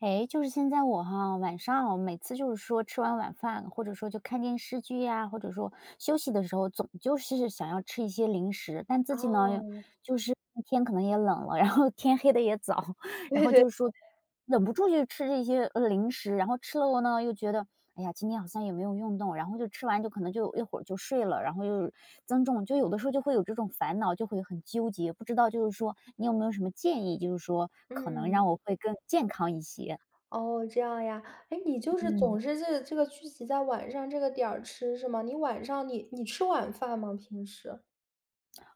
哎，就是现在我哈，晚上我每次就是说吃完晚饭，或者说就看电视剧呀，或者说休息的时候，总就是想要吃一些零食，但自己呢，哦，就是天可能也冷了，然后天黑的也早，然对后对，就是说忍不住去吃这些零食，然后吃了呢又觉得，哎呀，今天好像也没有运动，然后就吃完就可能就一会儿就睡了，然后又增重，就有的时候就会有这种烦恼，就会很纠结，不知道就是说你有没有什么建议，就是说可能嗯，让我会更健康一些？哦，这样呀。哎，你就是总嗯。是这个聚集在晚上这个点儿吃是吗？你晚上你吃晚饭吗？平时？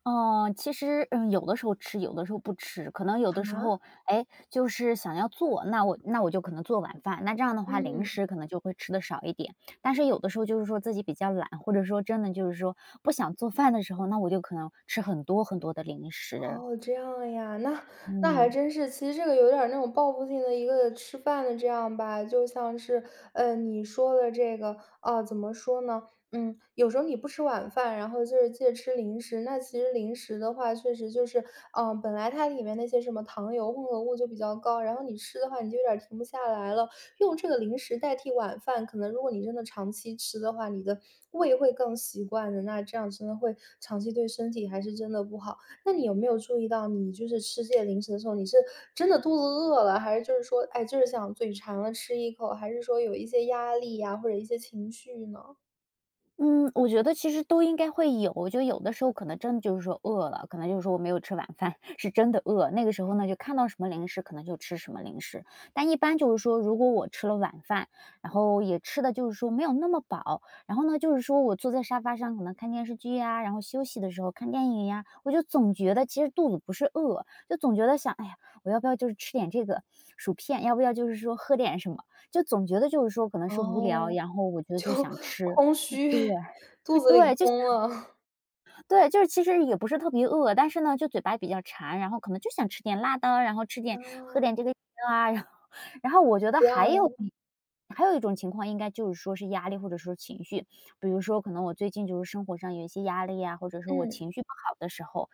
哦，其实，嗯，有的时候吃，有的时候不吃，可能有的时啊？候，哎，就是想要做，那我就可能做晚饭，那这样的话零嗯。食可能就会吃的少一点。但是有的时候就是说自己比较懒，或者说真的就是说不想做饭的时候，那我就可能吃很多很多的零食。哦，这样呀。那那还嗯。真是，其实这个有点儿那种报复性的一个吃饭的这样吧，就像是，你说的这个，啊，怎么说呢？嗯，有时候你不吃晚饭，然后就是借吃零食，那其实零食的话，确实就是，本来它里面那些什么糖油混合物就比较高，然后你吃的话，你就有点儿停不下来了。用这个零食代替晚饭，可能如果你真的长期吃的话，你的胃会更习惯的，那这样真的会长期对身体还是真的不好。那你有没有注意到，你就是吃这些零食的时候，你是真的肚子饿了，还是就是说，哎，就是想嘴馋了吃一口，还是说有一些压力呀，或者一些情绪呢？嗯，我觉得其实都应该会有，就有的时候可能真的就是说饿了，可能就是说我没有吃晚饭，是真的饿。那个时候呢，就看到什么零食可能就吃什么零食。但一般就是说，如果我吃了晚饭，然后也吃的就是说没有那么饱，然后呢，就是说我坐在沙发上可能看电视剧呀，然后休息的时候看电影呀，我就总觉得其实肚子不是饿，就总觉得想，哎呀，我要不要就是吃点这个薯片，要不要就是说喝点什么，就总觉得就是说可能是无聊，哦，然后我觉得就 就想 吃，空对。虚，肚子里对，就空了。对，就是其实也不是特别饿，但是呢，就嘴巴比较馋，然后可能就想吃点辣的，然后吃啊，点 喝点这个饮料啊，然后我觉得这样呀，还有一种情况应该就是说是压力或者说情绪，比如说可能我最近就是生活上有一些压力呀，或者说我嗯，情绪不好的时候，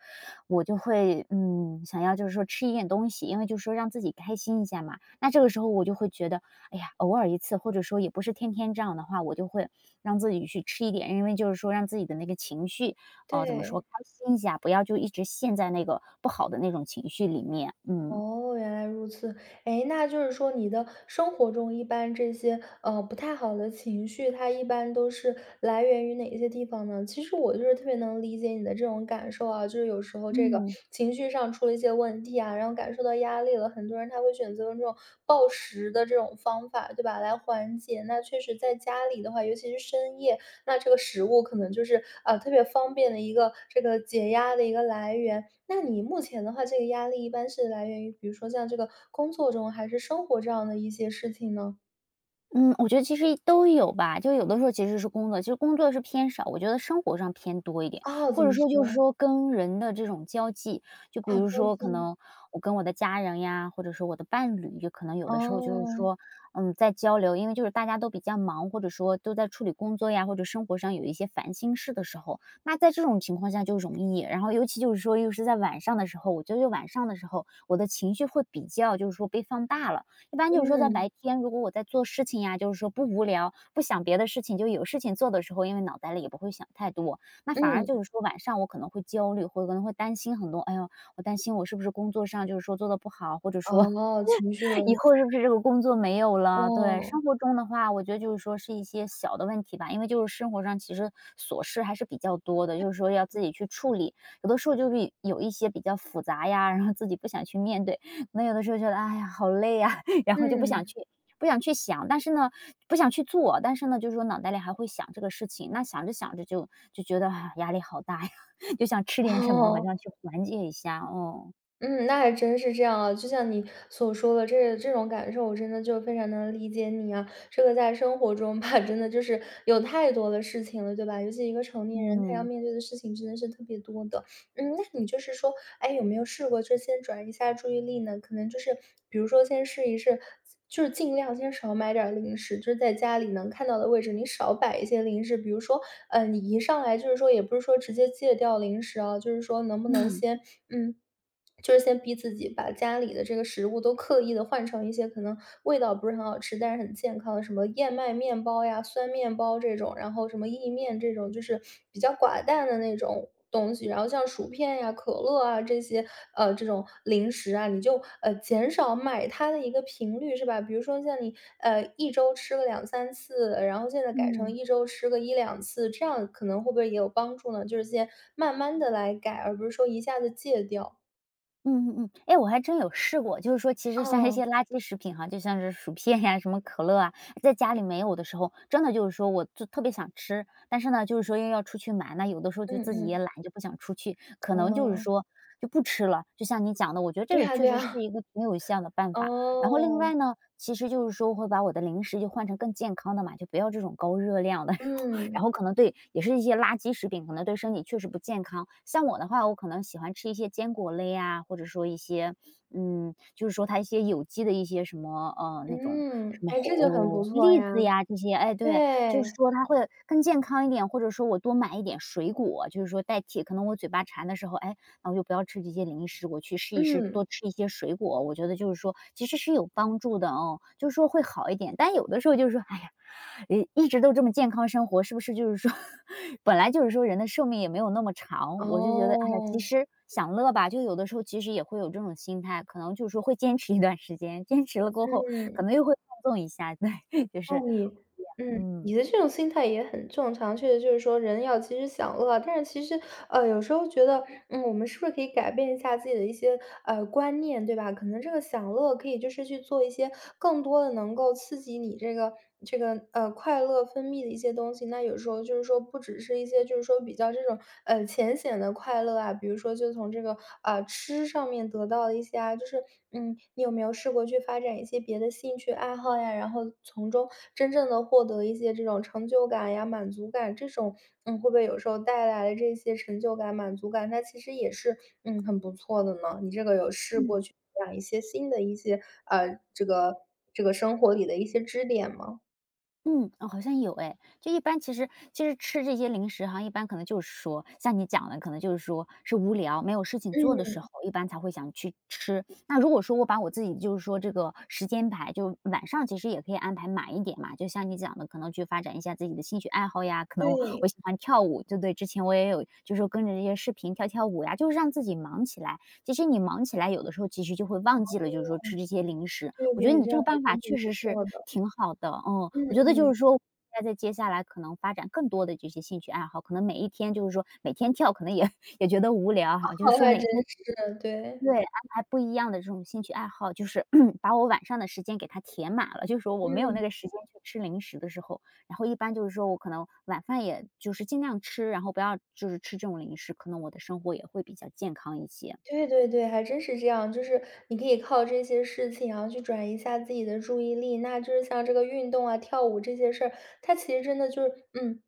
我就会，想要就是说吃一点东西，因为就是说让自己开心一下嘛。那这个时候我就会觉得，哎呀，偶尔一次，或者说也不是天天这样的话，我就会让自己去吃一点，因为就是说让自己的那个情绪哦，怎么说，对。开心一下，不要就一直陷在那个不好的那种情绪里面，嗯。哦，原来如此。哎，那就是说你的生活中一般这些，不太好的情绪，它一般都是来源于哪些地方呢？其实我就是特别能理解你的这种感受啊，就是有时候这个嗯。情绪上出了一些问题啊，然后感受到压力了，很多人他会选择用这种暴食的这种方法，对吧，来缓解。那确实在家里的话，尤其是深夜，那这个食物可能就是，特别方便的一个这个解压的一个来源。那你目前的话，这个压力一般是来源于比如说像这个工作中还是生活这样的一些事情呢？嗯，我觉得其实都有吧，就有的时候其实是工作，其实工作是偏少，我觉得生活上偏多一点，啊，怎或者么说就是说？说跟人的这种交际，就比啊，如交说可际。能我跟我的家人呀，或者说我的伴侣，就可能有的时候就是哦，说，在交流，因为就是大家都比较忙，或者说都在处理工作呀，或者生活上有一些烦心事的时候，那在这种情况下就容易，然后尤其就是说又是在晚上的时候，我觉得就晚上的时候，我的情绪会比较就是说被放大了。一般就是说在嗯，白天，如果我在做事情呀，就是说不无聊，不想别的事情，就有事情做的时候，因为脑袋里也不会想太多，那反而嗯，就是说晚上我可能会焦虑，或者可能会担心很多，哎呦，我担心我是不是工作上就是说做的不好，或者说哦，情绪问以题，后是不是这个工作没有了？对，哦，生活中的话，我觉得就是说是一些小的问题吧，因为就是生活上其实琐事还是比较多的，就是说要自己去处理。有的时候就是有一些比较复杂呀，然后自己不想去面对，可能有的时候觉得哎呀好累呀，然后就嗯，不想去想，但是呢，不想去做，但是呢，就是说脑袋里还会想这个事情，那想着想着就觉得啊压力好大呀，就想吃点什么，好哦。像去缓解一下哦。嗯，那还真是这样啊，就像你所说的，这种感受，我真的就非常能理解你啊。这个在生活中吧，真的就是有太多的事情了，对吧？尤其一个成年人，他要嗯面对的事情真的是特别多的。嗯，那你就是说，哎，有没有试过就先转移一下注意力呢？可能就是比如说先试一试，就是尽量先少买点儿零食，就是在家里能看到的位置，你少摆一些零食。比如说，嗯，你一上来就是说，也不是说直接戒掉零食啊，就是说能不能嗯先嗯。就是先逼自己把家里的这个食物都刻意的换成一些可能味道不是很好吃，但是很健康的，什么燕麦面包呀、酸面包这种，然后什么意面这种，就是比较寡淡的那种东西。然后像薯片呀、可乐啊这些，这种零食啊，你就，减少买它的一个频率，是吧？比如说像你，一周吃个两三次，然后现在改成嗯。一周吃个一两次，这样可能会不会也有帮助呢？就是先慢慢的来改，而不是说一下子戒掉。嗯,哎，我还真有试过，就是说其实像这哦，些垃圾食品哈，就像是薯片呀、什么可乐啊，在家里没有的时候，真的就是说我就特别想吃，但是呢，就是说又要出去买，那有的时候就嗯自己嗯，也懒，就不想出去，可能就是哦，说就不吃了。就像你讲的，我觉得这对个呀确对实是呀，一个挺有效的 办法。然后另哦，外呢，其实就是说会把我的零食就换成更健康的嘛，就不要这种高热量的，嗯，然后可能对也是一些垃圾食品，可能对身体确实不健康。像我的话，我可能喜欢吃一些坚果类啊，或者说一些，就是说它一些有机的一些什么，那种嗯，什么哎，这就很不红错栗呀，子呀这些，哎，对，就是对，说它会更健康一点，或者说我多买一点水果，就是说代替可能我嘴巴馋的时候，哎，那我就不要吃这些零食，我去试一试嗯，多吃一些水果，我觉得就是说其实是有帮助的哦，就是说会好一点。但有的时候就是说，哎呀，一直都这么健康生活，是不是就是说，本来就是说人的寿命也没有那么长，我就觉得，哎呀，其哦，实享乐吧。就有的时候其实也会有这种心态，可能就是说会坚持一段时间，坚持了过后，可嗯。能又会放纵一下，对，就哦，是，你嗯，嗯。你的这种心态也很正常，确实就是说人要及时享乐，但是其实，有时候觉得，嗯，我们是不是可以改变一下自己的一些观念，对吧？可能这个享乐可以就是去做一些更多的能够刺激你这个这个快乐分泌的一些东西。那有时候就是说不只是一些就是说比较这种浅显的快乐啊，比如说就从这个啊，吃上面得到了一些啊，就是嗯，你有没有试过去发展一些别的兴趣爱好呀？然后从中真正的获得一些这种成就感呀、满足感，这种嗯，会不会有时候带来的这些成就感、满足感，它其实也是嗯很不错的呢？你这个有试嗯过去培养一些新的一些这个这个生活里的一些支点吗？嗯，哦，好像有哎，就一般其实吃这些零食哈，一般可能就是说，像你讲的，可能就是说是无聊没有事情做的嗯，时候，一般才会想去吃。那如果说我把我自己就是说这个时间排，就晚上其实也可以安排满一点嘛，就像你讲的，可能去发展一下自己的兴趣爱好呀，可对，能我对我喜欢跳舞，对不对？之前我也有就是说跟着这些视频跳跳舞呀，就是让自己忙起来。其实你忙起来，有的时候其实就会忘记了，就是说哦，吃这些零食，对我觉得对，你这这样个还办法真挺确不实是错的，挺好的，嗯，嗯我觉得就嗯。是说，在接下来可能发展更多的这些兴趣爱好，可能每一天就是说每天跳可能也 也觉得无聊哈，就是好，说还真每天是，对，对，安排不一样的这种兴趣爱好，就是 把我晚上的时间给它填满了，就是说我没有嗯。那个时间去吃零食的时候，然后一般就是说我可能晚饭也就是尽量吃，然后不要就是吃这种零食，可能我的生活也会比较健康一些。对对对，还真是这样。就是你可以靠这些事情，然后去转移一下自己的注意力。那就是像这个运动啊、跳舞这些事儿，它其实真的就是，嗯，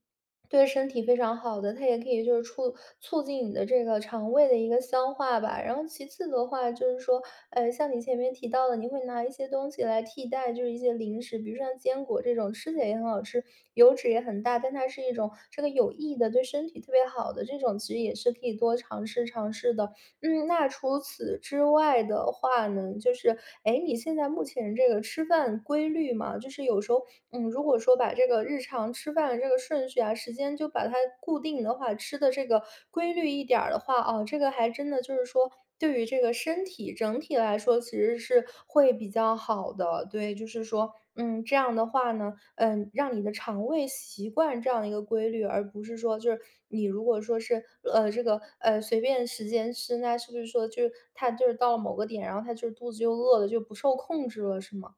对身体非常好的。它也可以就是促进你的这个肠胃的一个消化吧。然后其次的话，就是说，像你前面提到的，你会拿一些东西来替代，就是一些零食，比如像坚果这种，吃起来也很好吃，油脂也很大，但它是一种这个有益的、对身体特别好的这种，其实也是可以多尝试尝试的。嗯，那除此之外的话呢，就是，哎，你现在目前这个吃饭规律嘛，就是有时候，嗯，如果说把这个日常吃饭的这个顺序啊、时间就把它固定的话，吃的这个规律一点儿的话，哦，这个还真的就是说，对于这个身体整体来说，其实是会比较好的。对，就是说，嗯，这样的话呢，嗯，让你的肠胃习惯这样一个规律，而不是说就是你如果说是这个随便时间吃，那是不是说就是它就是到了某个点，然后它就是肚子又饿了，就不受控制了，是吗？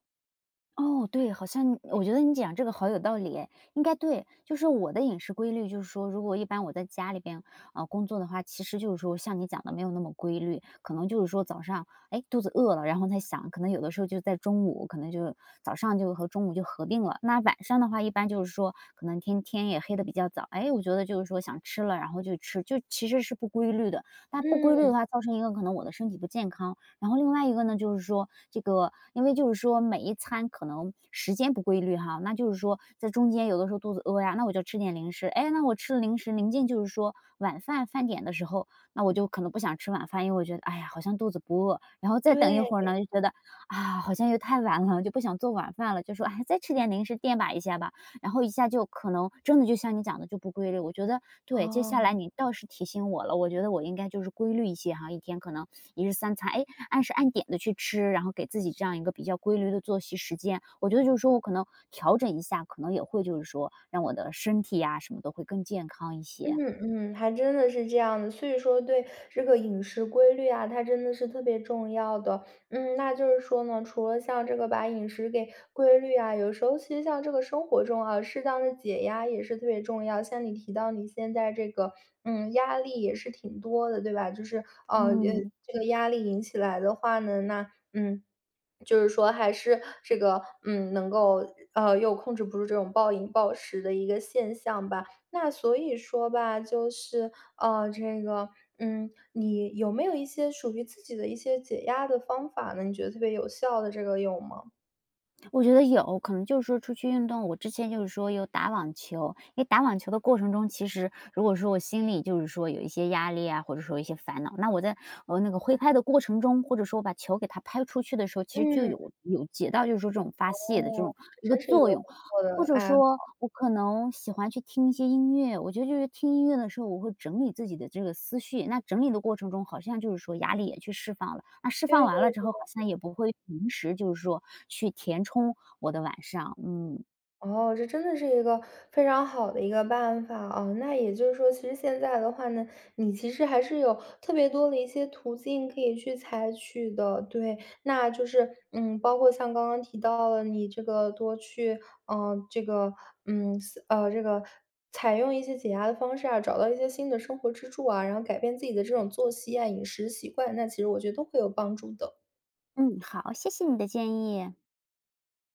哦，对，好像我觉得你讲这个好有道理诶，应该对。就是我的饮食规律，就是说，如果一般我在家里边工作的话，其实就是说像你讲的没有那么规律，可能就是说早上哎肚子饿了，然后才想，可能有的时候就在中午，可能就早上就和中午就合并了。那晚上的话，一般就是说可能天天也黑的比较早，哎，我觉得就是说想吃了，然后就吃，就其实是不规律的。那不规律的嗯，话，造成一个可能我的身体不健康，然后另外一个呢，就是说这个，因为就是说每一餐可能时间不规律哈，那就是说在中间有的时候肚子饿呀，那我就吃点零食。哎，那我吃了零食，临近就是说晚饭饭点的时候，那我就可能不想吃晚饭，因为我觉得哎呀，好像肚子不饿。然后再等一会儿对。呢，就觉得啊，好像又太晚了，就不想做晚饭了，就说哎，再吃点零食垫吧一下吧。然后一下就可能真的就像你讲的就不规律。我觉得对，接下来哦。你倒是提醒我了，我觉得我应该就是规律一些哈，一天可能一日三餐，哎，按时按点的去吃，然后给自己这样一个比较规律的作息时间。我觉得就是说我可能调整一下，可能也会就是说让我的身体呀什么的会更健康一些。嗯嗯，还真的是这样的，所以说对这个饮食规律啊，它真的是特别重要的。嗯，那就是说呢，除了像这个把饮食给规律啊，有时候其实像这个生活中啊，适当的解压也是特别重要。像你提到你现在这个，嗯，压力也是挺多的，对吧？就是嗯，这个压力引起来的话呢，那嗯。就是说，还是这个，嗯，能够，又控制不住这种暴饮暴食的一个现象吧。那所以说吧，就是，这个，嗯，你有没有一些属于自己的一些解压的方法呢？你觉得特别有效的，这个有吗？我觉得有，可能就是说出去运动，我之前就是说有打网球，因为打网球的过程中，其实如果说我心里就是说有一些压力啊，或者说一些烦恼，那我在那个挥拍的过程中，或者说我把球给它拍出去的时候，其实就嗯，有起到就是说这种发泄的这哦，种这一个真是一作个不用。错或的者爱好。说我可能喜欢去听一些音乐，我觉得就是听音乐的时候，我会整理自己的这个思绪。那整理的过程中，好像就是说压力也去释放了，那释放对完了之对。后，好像也不会临时就是说去填充我的晚上，嗯。哦，这真的是一个非常好的一个办法啊！那也就是说，其实现在的话呢，你其实还是有特别多的一些途径可以去采取的，对。那就是，嗯，包括像刚刚提到了，你这个多去，这个，嗯，这个采用一些解压的方式啊，找到一些新的生活支柱啊，然后改变自己的这种作息啊、饮食习惯，那其实我觉得都会有帮助的。嗯，好，谢谢你的建议。